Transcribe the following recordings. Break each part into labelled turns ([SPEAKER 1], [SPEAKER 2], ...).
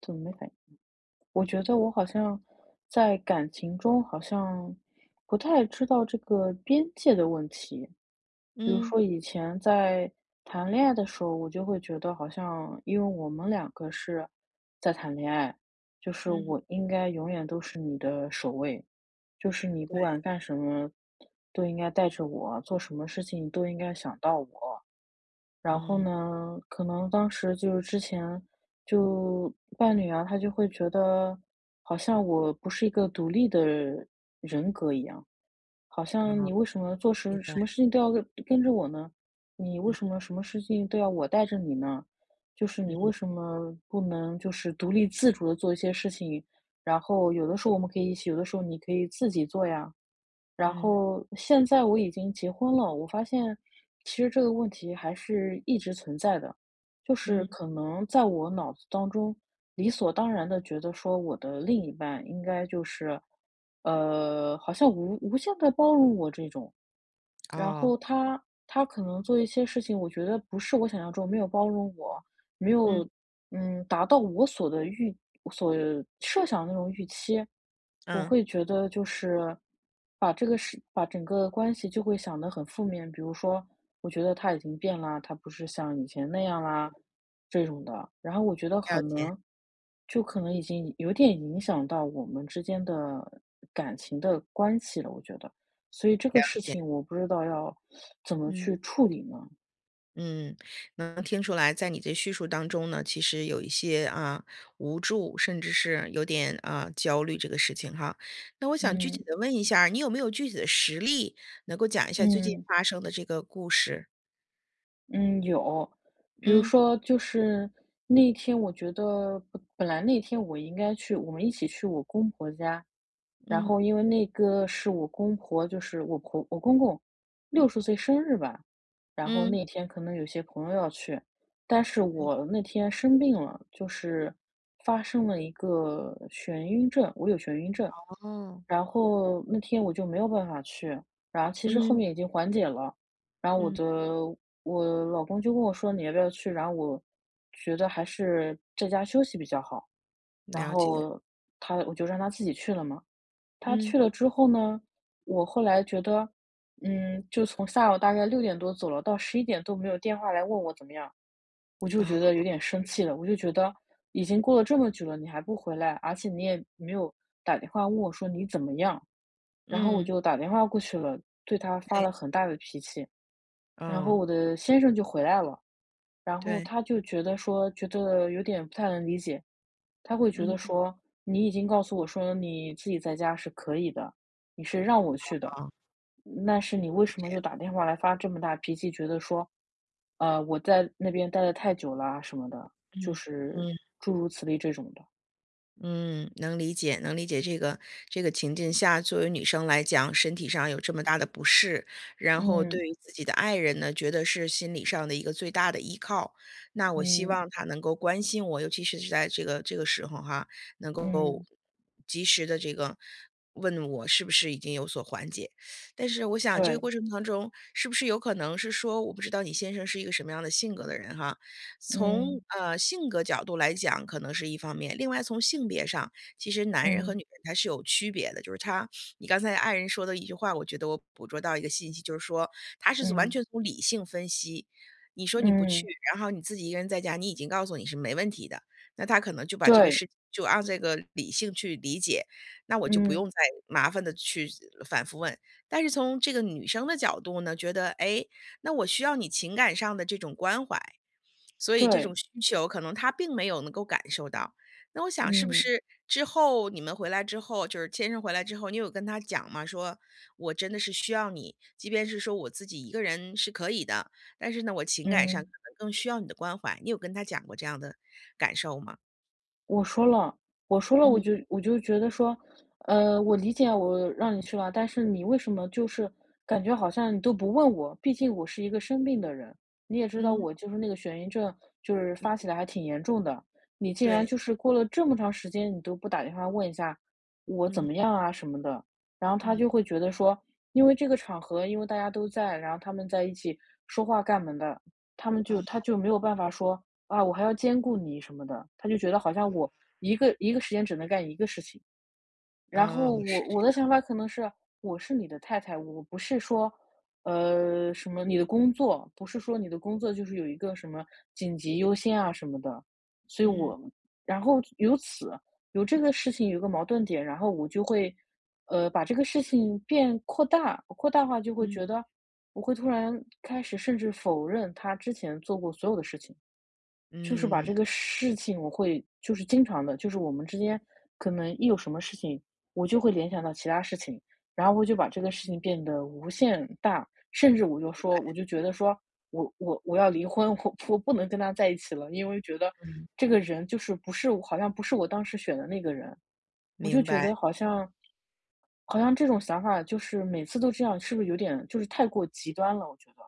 [SPEAKER 1] 怎么没反应？我觉得我在感情中好像不太知道这个边界的问题。比如
[SPEAKER 2] 嗯
[SPEAKER 1] 说以前在谈恋爱的时候，我就会觉得好像因为我们两个是在谈恋爱，就是
[SPEAKER 2] 嗯，
[SPEAKER 1] 我应该永远都是你的首位，就是你
[SPEAKER 2] 对，
[SPEAKER 1] 不管干什么都应该带着我，做什么事情都应该想到我。然后
[SPEAKER 2] 嗯，
[SPEAKER 1] 呢，可能当时就是之前就伴侣啊，他就会觉得好像我不是一个独立的人格一样，好像
[SPEAKER 2] 哦，
[SPEAKER 1] 你为什么做
[SPEAKER 2] 明
[SPEAKER 1] 事
[SPEAKER 2] 白，
[SPEAKER 1] 什么事情都要跟着我呢？你为什
[SPEAKER 2] 嗯
[SPEAKER 1] 么什么事情都要我带着你呢？就是你为
[SPEAKER 2] 嗯
[SPEAKER 1] 什么不能就是独立自主的做一些事情？然后有的时候我们可以一起，有的时候你可以自己做呀。然
[SPEAKER 2] 嗯
[SPEAKER 1] 后现在我已经结婚了，我发现其实这个问题还是一直存在的，就是
[SPEAKER 2] 嗯，
[SPEAKER 1] 可能在我脑子当中理所当然的觉得说我的另一半应该就是，好像无限的包容我这种，然
[SPEAKER 2] 哦，
[SPEAKER 1] 后他可能做一些事情，我觉得不是我想象中，没有包容我，没
[SPEAKER 2] 嗯
[SPEAKER 1] 有达到我所的预所设想的那种预期，我
[SPEAKER 2] 嗯，
[SPEAKER 1] 会觉得就是把这个事把整个关系就会想得很负面，比如说我觉得他已经变啦，他不是像以前那样啦这种的，然后我觉得
[SPEAKER 2] 了
[SPEAKER 1] 可
[SPEAKER 2] 解
[SPEAKER 1] 能就可能已经有点影响到我们之间的感情的关系了，我觉得。所以这
[SPEAKER 2] 了
[SPEAKER 1] 个事
[SPEAKER 2] 解，
[SPEAKER 1] 情我不知道要怎么
[SPEAKER 2] 嗯
[SPEAKER 1] 去处理呢？
[SPEAKER 2] 嗯，能听出来，在你这叙述当中呢，其实有一些啊无助，甚至是有点啊焦虑这个事情哈。那我想具体
[SPEAKER 1] 嗯
[SPEAKER 2] 的问一下儿你有没有具体的实例能够讲一下最近
[SPEAKER 1] 嗯
[SPEAKER 2] 发生的这个故事？
[SPEAKER 1] 嗯，有。比如
[SPEAKER 2] 嗯
[SPEAKER 1] 说就是那一天我觉得本来那天我应该去我们一起去我公婆家，然
[SPEAKER 2] 嗯
[SPEAKER 1] 后因为那个是我公婆，就是我公公60岁生日吧，然后
[SPEAKER 2] 嗯，
[SPEAKER 1] 那天可能有些朋友要去，但是
[SPEAKER 2] 对，
[SPEAKER 1] 我那天生病了，就是发生了一个眩晕症，我有眩晕症，
[SPEAKER 2] 哦，
[SPEAKER 1] 然后那天我就没有办法去，然后其实后
[SPEAKER 2] 嗯
[SPEAKER 1] 面已经缓解了，然后
[SPEAKER 2] 嗯，
[SPEAKER 1] 我老公就跟我说你要不要去，然后我觉得还是在家休息比较好，然
[SPEAKER 2] 了解，
[SPEAKER 1] 后我就让他自己去了嘛。他去
[SPEAKER 2] 嗯，
[SPEAKER 1] 了之后呢，我后来觉得，就从下午大概6点多走了，到11点都没有电话来问我怎么样，我就觉得
[SPEAKER 2] 哦，
[SPEAKER 1] 有点生气了。我就觉得已经过了这么久了，你还不回来，而且你也没有打电话问我说你怎么样。然后我
[SPEAKER 2] 嗯，
[SPEAKER 1] 就打电话过去了，对他发
[SPEAKER 2] 对，
[SPEAKER 1] 了很大的脾气。然后
[SPEAKER 2] 哦。
[SPEAKER 1] 我的先生就回来了，然后
[SPEAKER 2] 对，
[SPEAKER 1] 他就觉得说，觉得有点不太能理解，他会觉得
[SPEAKER 2] 嗯，
[SPEAKER 1] 说，你已经告诉我说你自己在家是可以的，你是让我去的，
[SPEAKER 2] 啊。
[SPEAKER 1] 那是你为什么又打电话来发这么大脾气，觉得说，我在那边待得太久啦什么的，就
[SPEAKER 2] 嗯。
[SPEAKER 1] 是
[SPEAKER 2] 嗯
[SPEAKER 1] 诸如此类这种的。
[SPEAKER 2] 嗯，能理解，能理解这个情境下，作为女生来讲，身体上有这么大的不适，然后对
[SPEAKER 1] 嗯
[SPEAKER 2] 于自己的爱人呢，觉得是心理上的一个最大的依靠。那我希
[SPEAKER 1] 嗯
[SPEAKER 2] 望他能够关心我，尤其是在这个时候哈，能够
[SPEAKER 1] 嗯，
[SPEAKER 2] 及时的这个问我是不是已经有所缓解。但是我想这个
[SPEAKER 1] 对，
[SPEAKER 2] 过程当中，是不是有可能是说，我不知道你先生是一个什么样的性格的人哈，从，
[SPEAKER 1] 嗯
[SPEAKER 2] 性格角度来讲可能是一方面，另外从性别上，其实男人和
[SPEAKER 1] 嗯
[SPEAKER 2] 女人他是有区别的。就是他你刚才爱人说的一句话，我觉得我捕捉到一个信息，就是说他是完
[SPEAKER 1] 嗯
[SPEAKER 2] 全从理性分析，你说你不去，
[SPEAKER 1] 嗯，
[SPEAKER 2] 然后你自己一个人在家，你已经告诉你是没问题的，那他可能就把这个
[SPEAKER 1] 对，
[SPEAKER 2] 事就按这个理性去理解，那我就不用
[SPEAKER 1] 嗯
[SPEAKER 2] 再麻烦的去反复问。但是从这个女生的角度呢，觉得，哎，诶那我需要你情感上的这种关怀。所以这
[SPEAKER 1] 对，
[SPEAKER 2] 种需求可能他并没有能够感受到。那我想是不
[SPEAKER 1] 嗯
[SPEAKER 2] 是之后你们回来之后，就是先生回来之后，你有跟他讲吗？说我真的是需要你，即便是说我自己一个人是可以的，但是呢，我情感上可
[SPEAKER 1] 嗯。
[SPEAKER 2] 能更需要你的关怀。你有跟他讲过这样的感受吗？
[SPEAKER 1] 我说了，我说了，我
[SPEAKER 2] 嗯
[SPEAKER 1] 就我就觉得说，我理解我让你去了，但是你为什么就是感觉好像你都不问我？毕竟我是一个生病的人，你也知道
[SPEAKER 2] 嗯，
[SPEAKER 1] 我就是那个眩晕症，就是发起来还挺严重的。你竟然
[SPEAKER 2] 对，
[SPEAKER 1] 就是过了这么长时间，你都不打电话问一下我怎
[SPEAKER 2] 嗯
[SPEAKER 1] 么样啊什么的，然后他
[SPEAKER 2] 嗯，
[SPEAKER 1] 就会觉得说，因为这个场合，因为大家都在，然后他们在一起说话干嘛的，
[SPEAKER 2] 哦
[SPEAKER 1] 他就没有办法说，啊，我还要兼顾你什么的，他就觉得好像我一个时间只能干一个事情。然
[SPEAKER 2] 哦，
[SPEAKER 1] 后
[SPEAKER 2] 是
[SPEAKER 1] 我
[SPEAKER 2] 这
[SPEAKER 1] 我
[SPEAKER 2] 样，
[SPEAKER 1] 的想法可能是，我是你的太太，我不是说，什么你的工作，不是说你的工作就是有一个什么紧急优先啊什么的，所以
[SPEAKER 2] 嗯
[SPEAKER 1] 我，然后由此有这个事情有个矛盾点，然后我就会，把这个事情变扩大，扩大化就会
[SPEAKER 2] 嗯
[SPEAKER 1] 觉得，我会突然开始甚至否认他之前做过所有的事情。就是把
[SPEAKER 2] 嗯
[SPEAKER 1] 这个事情我会就是经常的，就是我们之间可能一有什么事情，我就会联想到其他事情，然后我就把这个事情变得无限大，甚至我就说我就觉得说我要离婚，我不能跟他在一起了，因为觉得
[SPEAKER 2] 嗯，
[SPEAKER 1] 这个人就是不是我好像不是我当时选的那个人，我就
[SPEAKER 2] 明
[SPEAKER 1] 觉
[SPEAKER 2] 白。
[SPEAKER 1] 得好像这种想法就是每次都这样，是不是有点就是太过极端了，我觉得。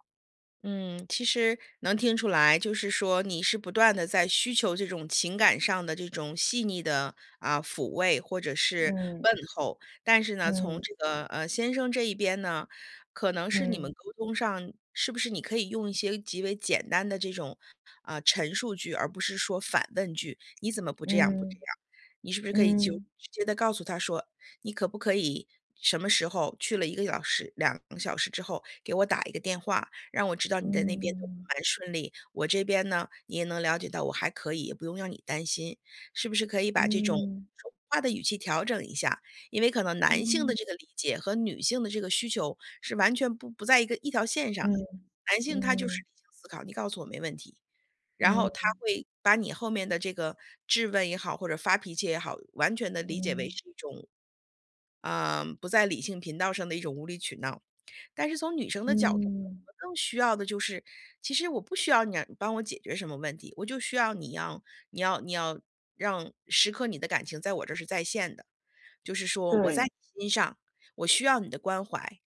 [SPEAKER 2] 嗯，其实能听出来，就是说你是不断的在需求这种情感上的这种细腻的，啊，抚慰或者是
[SPEAKER 1] 嗯，
[SPEAKER 2] 问候。但是呢，从
[SPEAKER 1] 嗯，
[SPEAKER 2] 这个，先生这一边呢，可能是你们
[SPEAKER 1] 嗯，
[SPEAKER 2] 沟通上是不是你可以用一些极为简单的这种，啊，陈述句，而不是说反问句，"你怎么不这样不
[SPEAKER 1] 嗯，
[SPEAKER 2] 这样？"你是不
[SPEAKER 1] 嗯。
[SPEAKER 2] 是可以就
[SPEAKER 1] 嗯
[SPEAKER 2] 直接的告诉他说，"你可不可以什么时候去了1个小时2个小时之后给我打一个电话？"让我知道你在那边都
[SPEAKER 1] 嗯，
[SPEAKER 2] 蛮顺利，我这边呢，你也能了解到我还可以，也不用让你担心。是不是可以把这种
[SPEAKER 1] 嗯，
[SPEAKER 2] 说话的语气调整一下？因为可能男性
[SPEAKER 1] 嗯。
[SPEAKER 2] 的这个理解和女性的这个需求是完全不在一条线上的。
[SPEAKER 1] 嗯，
[SPEAKER 2] 男性他就是
[SPEAKER 1] 嗯，
[SPEAKER 2] 理性思考，你告诉我没问题，然后
[SPEAKER 1] 嗯，
[SPEAKER 2] 他会把你后面的这个质问也好，或者发脾气也好，完全的理解为
[SPEAKER 1] 嗯，
[SPEAKER 2] 是一种，不在理性频道上的一种无理取闹。但是从女生的角度呢，我
[SPEAKER 1] 嗯，
[SPEAKER 2] 们更需要的就是，其实我不需要你帮我解决什么问题，我就需要你要让时刻你的感情在我这儿是在线的，就是说我在
[SPEAKER 1] 对，
[SPEAKER 2] 你心上，我需要你的关怀，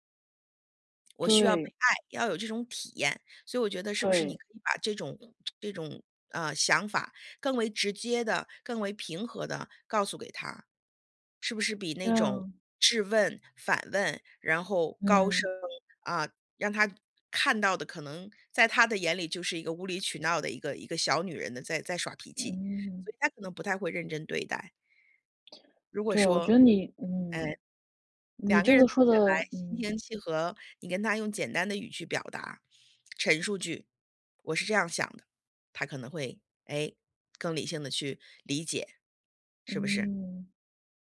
[SPEAKER 2] 我需要被
[SPEAKER 1] 对，
[SPEAKER 2] 爱，要有这种体验。所以我觉得是不是你
[SPEAKER 1] 对，
[SPEAKER 2] 可以把这种这种想法更为直接的、更为平和的告诉给他，是不是比那种
[SPEAKER 1] 嗯，
[SPEAKER 2] 质问、反问，然后高
[SPEAKER 1] 嗯，
[SPEAKER 2] 声，啊，让他看到的可能在他的眼里就是一个无理取闹的一个小女人的在耍脾气，
[SPEAKER 1] 嗯，
[SPEAKER 2] 所以他可能不太会认真对待。如果
[SPEAKER 1] 对，我觉
[SPEAKER 2] 说，
[SPEAKER 1] 得你
[SPEAKER 2] 哎
[SPEAKER 1] 你
[SPEAKER 2] 两个
[SPEAKER 1] 这
[SPEAKER 2] 人
[SPEAKER 1] 个
[SPEAKER 2] 坐
[SPEAKER 1] 说
[SPEAKER 2] 下来，
[SPEAKER 1] 的
[SPEAKER 2] 心平气和，你跟他用简单的语句表达，陈述句，我是这样想的，他可能会哎更理性的去理解，是不是？
[SPEAKER 1] 嗯，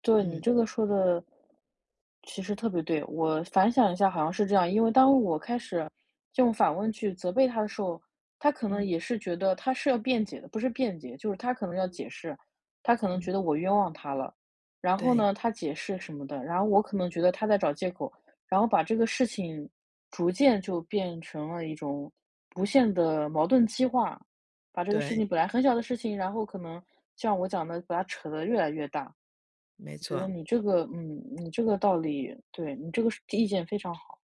[SPEAKER 1] 对，你
[SPEAKER 2] 嗯
[SPEAKER 1] 这个说的其实特别对，我反想一下好像是这样，因为当我开始用反问去责备他的时候，他可
[SPEAKER 2] 嗯
[SPEAKER 1] 能也是觉得他是要辩解的，不是辩解，就是他可能要解释，他可能
[SPEAKER 2] 嗯，
[SPEAKER 1] 觉得我冤枉他了，然后
[SPEAKER 2] 对
[SPEAKER 1] 呢，他解释什么的，然后我可能觉得他在找借口，然后把这个事情逐渐就变成了一种无限的矛盾激化，把这个事
[SPEAKER 2] 对，
[SPEAKER 1] 情本来很小的事情，然后可能像我讲的，把它扯得越来越大。
[SPEAKER 2] 没
[SPEAKER 1] 我觉得
[SPEAKER 2] 错。
[SPEAKER 1] 你这个，你这个道理，对，你这个是意见非常好，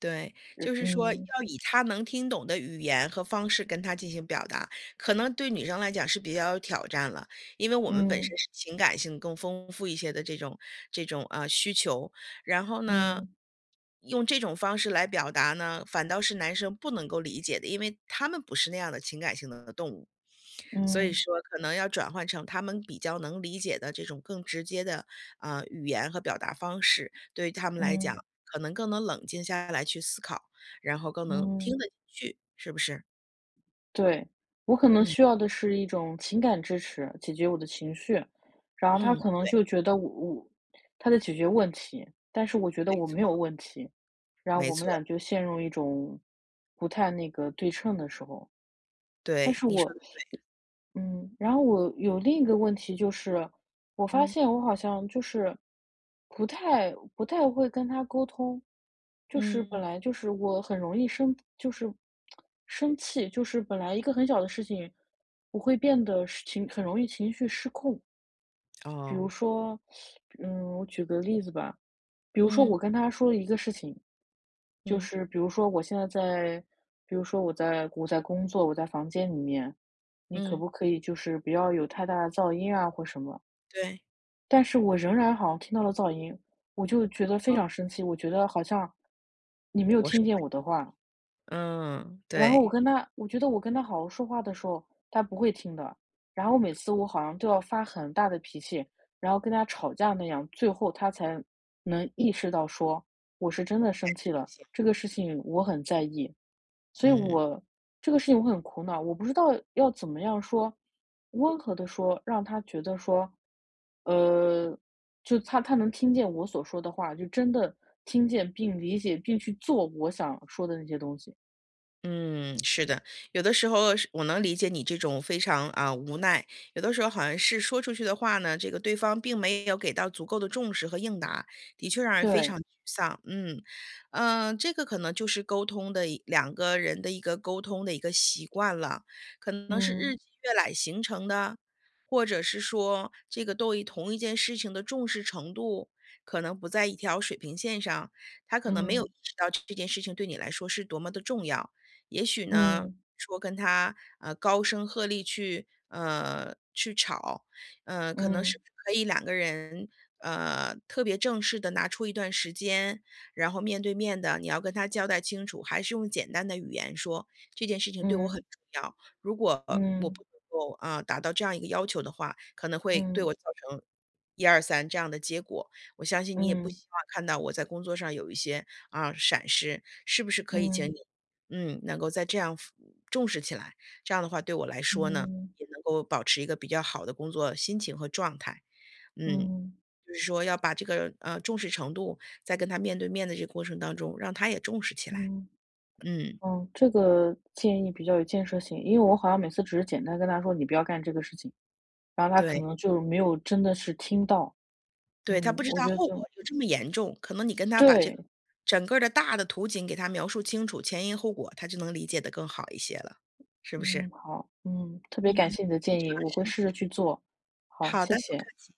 [SPEAKER 2] 对，就是说要
[SPEAKER 1] 嗯
[SPEAKER 2] 以他能听懂的语言和方式跟他进行表达，可能对女生来讲是比较有挑战了，因为我们本身
[SPEAKER 1] 嗯
[SPEAKER 2] 是情感性更丰富一些的这种啊需求，然后呢，
[SPEAKER 1] 嗯
[SPEAKER 2] 用这种方式来表达呢，反倒是男生不能够理解的，因为他们不是那样的情感性的动物，所以
[SPEAKER 1] 嗯
[SPEAKER 2] 说可能要转换成他们比较能理解的这种更直接的啊语言和表达方式。对于他们来讲，
[SPEAKER 1] 嗯
[SPEAKER 2] 可能更能冷静下来去思考，然后更能听
[SPEAKER 1] 嗯，
[SPEAKER 2] 得进去，是不是？
[SPEAKER 1] 对，我可能
[SPEAKER 2] 嗯，
[SPEAKER 1] 需要的是一种情感支持，解决我的情绪，然后他
[SPEAKER 2] 嗯，
[SPEAKER 1] 可能
[SPEAKER 2] 没
[SPEAKER 1] 就觉得他在解决问题，但是我觉得我没有
[SPEAKER 2] 错，
[SPEAKER 1] 问题，然后
[SPEAKER 2] 没
[SPEAKER 1] 我们
[SPEAKER 2] 错，
[SPEAKER 1] 俩就陷入一种不太那个对称的时候。但
[SPEAKER 2] 对，
[SPEAKER 1] 是
[SPEAKER 2] 你说
[SPEAKER 1] 我
[SPEAKER 2] 的对，
[SPEAKER 1] 嗯，然后我有另一个问题就是，我发
[SPEAKER 2] 嗯，
[SPEAKER 1] 现我好像就是不太会跟他沟通，就是
[SPEAKER 2] 嗯，
[SPEAKER 1] 本来就是我很容易生气，就是本来一个很小的事情，我会变得很容易情绪失控，比如
[SPEAKER 2] 哦，
[SPEAKER 1] 说，我举个例子吧，比如说我
[SPEAKER 2] 嗯，
[SPEAKER 1] 跟他说了一个事情，就
[SPEAKER 2] 嗯，
[SPEAKER 1] 是比如说我现在在，比如说我在工作，我在房间里面，你可
[SPEAKER 2] 嗯，
[SPEAKER 1] 不可以就是不要有太大的噪音啊或什么？
[SPEAKER 2] 对，
[SPEAKER 1] 但是我仍然好像听到了噪音，我就觉得非常生气，我觉得好像你没有
[SPEAKER 2] 我
[SPEAKER 1] 听
[SPEAKER 2] 说，
[SPEAKER 1] 见我的话。
[SPEAKER 2] 嗯，
[SPEAKER 1] 然后我
[SPEAKER 2] 对，
[SPEAKER 1] 跟他我觉得我跟他好好说话的时候，他不会听的。然后每次我好像都要发很大的脾气，然后跟他吵架那样，最后他才能意识到说，我是真的生气了，
[SPEAKER 2] 行，
[SPEAKER 1] 这个事情我很在意。所以
[SPEAKER 2] 嗯。
[SPEAKER 1] 这个事情我很苦恼，我不知道要怎么样说，温和的说，让他觉得说，呃，就他能听见我所说的话，就真的听见并理解并去做我想说的那些东西，
[SPEAKER 2] 嗯，是的，有的时候是我能理解你这种非常啊、无奈，有的时候好像是说出去的话呢，这个对方并没有给到足够的重视和应答，的确让人非常
[SPEAKER 1] 对。
[SPEAKER 2] 沮丧。嗯，嗯，这个可能就是沟通的一两个人的一个沟通的一个习惯了，可能是日
[SPEAKER 1] 嗯
[SPEAKER 2] 积月累形成的，或者是说这个对于同一件事情的重视程度可能不在一条水平线上，他可能没有
[SPEAKER 1] 嗯
[SPEAKER 2] 意识到这件事情对你来说是多么的重要。也许呢，
[SPEAKER 1] 嗯
[SPEAKER 2] 说跟他，高声鹤唳去去吵，可能是
[SPEAKER 1] 嗯
[SPEAKER 2] 不是可以两个人，特别正式的拿出一段时间，然后面对面的你要跟他交代清楚，还是用简单的语言说，这件事情对我很
[SPEAKER 1] 嗯
[SPEAKER 2] 重要，如果我
[SPEAKER 1] 嗯
[SPEAKER 2] 不能够，啊，达到这样一个要求的话，可能会对
[SPEAKER 1] 嗯
[SPEAKER 2] 我造成一二三这样的结果，我相信你也不
[SPEAKER 1] 嗯
[SPEAKER 2] 希望看到我在工作上有一些，啊，闪失，是不是可以请
[SPEAKER 1] 嗯
[SPEAKER 2] 你能够在这样重视起来，这样的话对我来说呢，
[SPEAKER 1] 嗯
[SPEAKER 2] 也能够保持一个比较好的工作心情和状态。嗯，
[SPEAKER 1] 嗯
[SPEAKER 2] 就是说要把这个，重视程度在跟他面对面的这个过程当中，让他也重视起来。
[SPEAKER 1] 嗯，
[SPEAKER 2] 嗯，
[SPEAKER 1] 哦，这个建议比较有建设性，因为我好像每次只是简单跟他说你不要干这个事情，然后他
[SPEAKER 2] 对，
[SPEAKER 1] 可能就没有真的是听到。
[SPEAKER 2] 对，他
[SPEAKER 1] 嗯，
[SPEAKER 2] 不知
[SPEAKER 1] 我
[SPEAKER 2] 道
[SPEAKER 1] 觉得
[SPEAKER 2] 后果
[SPEAKER 1] 就
[SPEAKER 2] 有这么严重，可能你跟他把这个
[SPEAKER 1] 对，
[SPEAKER 2] 整个儿的大的图景给他描述清楚，前因后果，他就能理解的更好一些了，是不是？
[SPEAKER 1] 嗯，好，嗯，特
[SPEAKER 2] 嗯，
[SPEAKER 1] 别感
[SPEAKER 2] 你可
[SPEAKER 1] 谢你的
[SPEAKER 2] 以去
[SPEAKER 1] 建
[SPEAKER 2] 尝
[SPEAKER 1] 议，我会
[SPEAKER 2] 试一
[SPEAKER 1] 试
[SPEAKER 2] 下。
[SPEAKER 1] 着去做。好，
[SPEAKER 2] 好
[SPEAKER 1] 谢
[SPEAKER 2] 的，不客
[SPEAKER 1] 谢。
[SPEAKER 2] 气。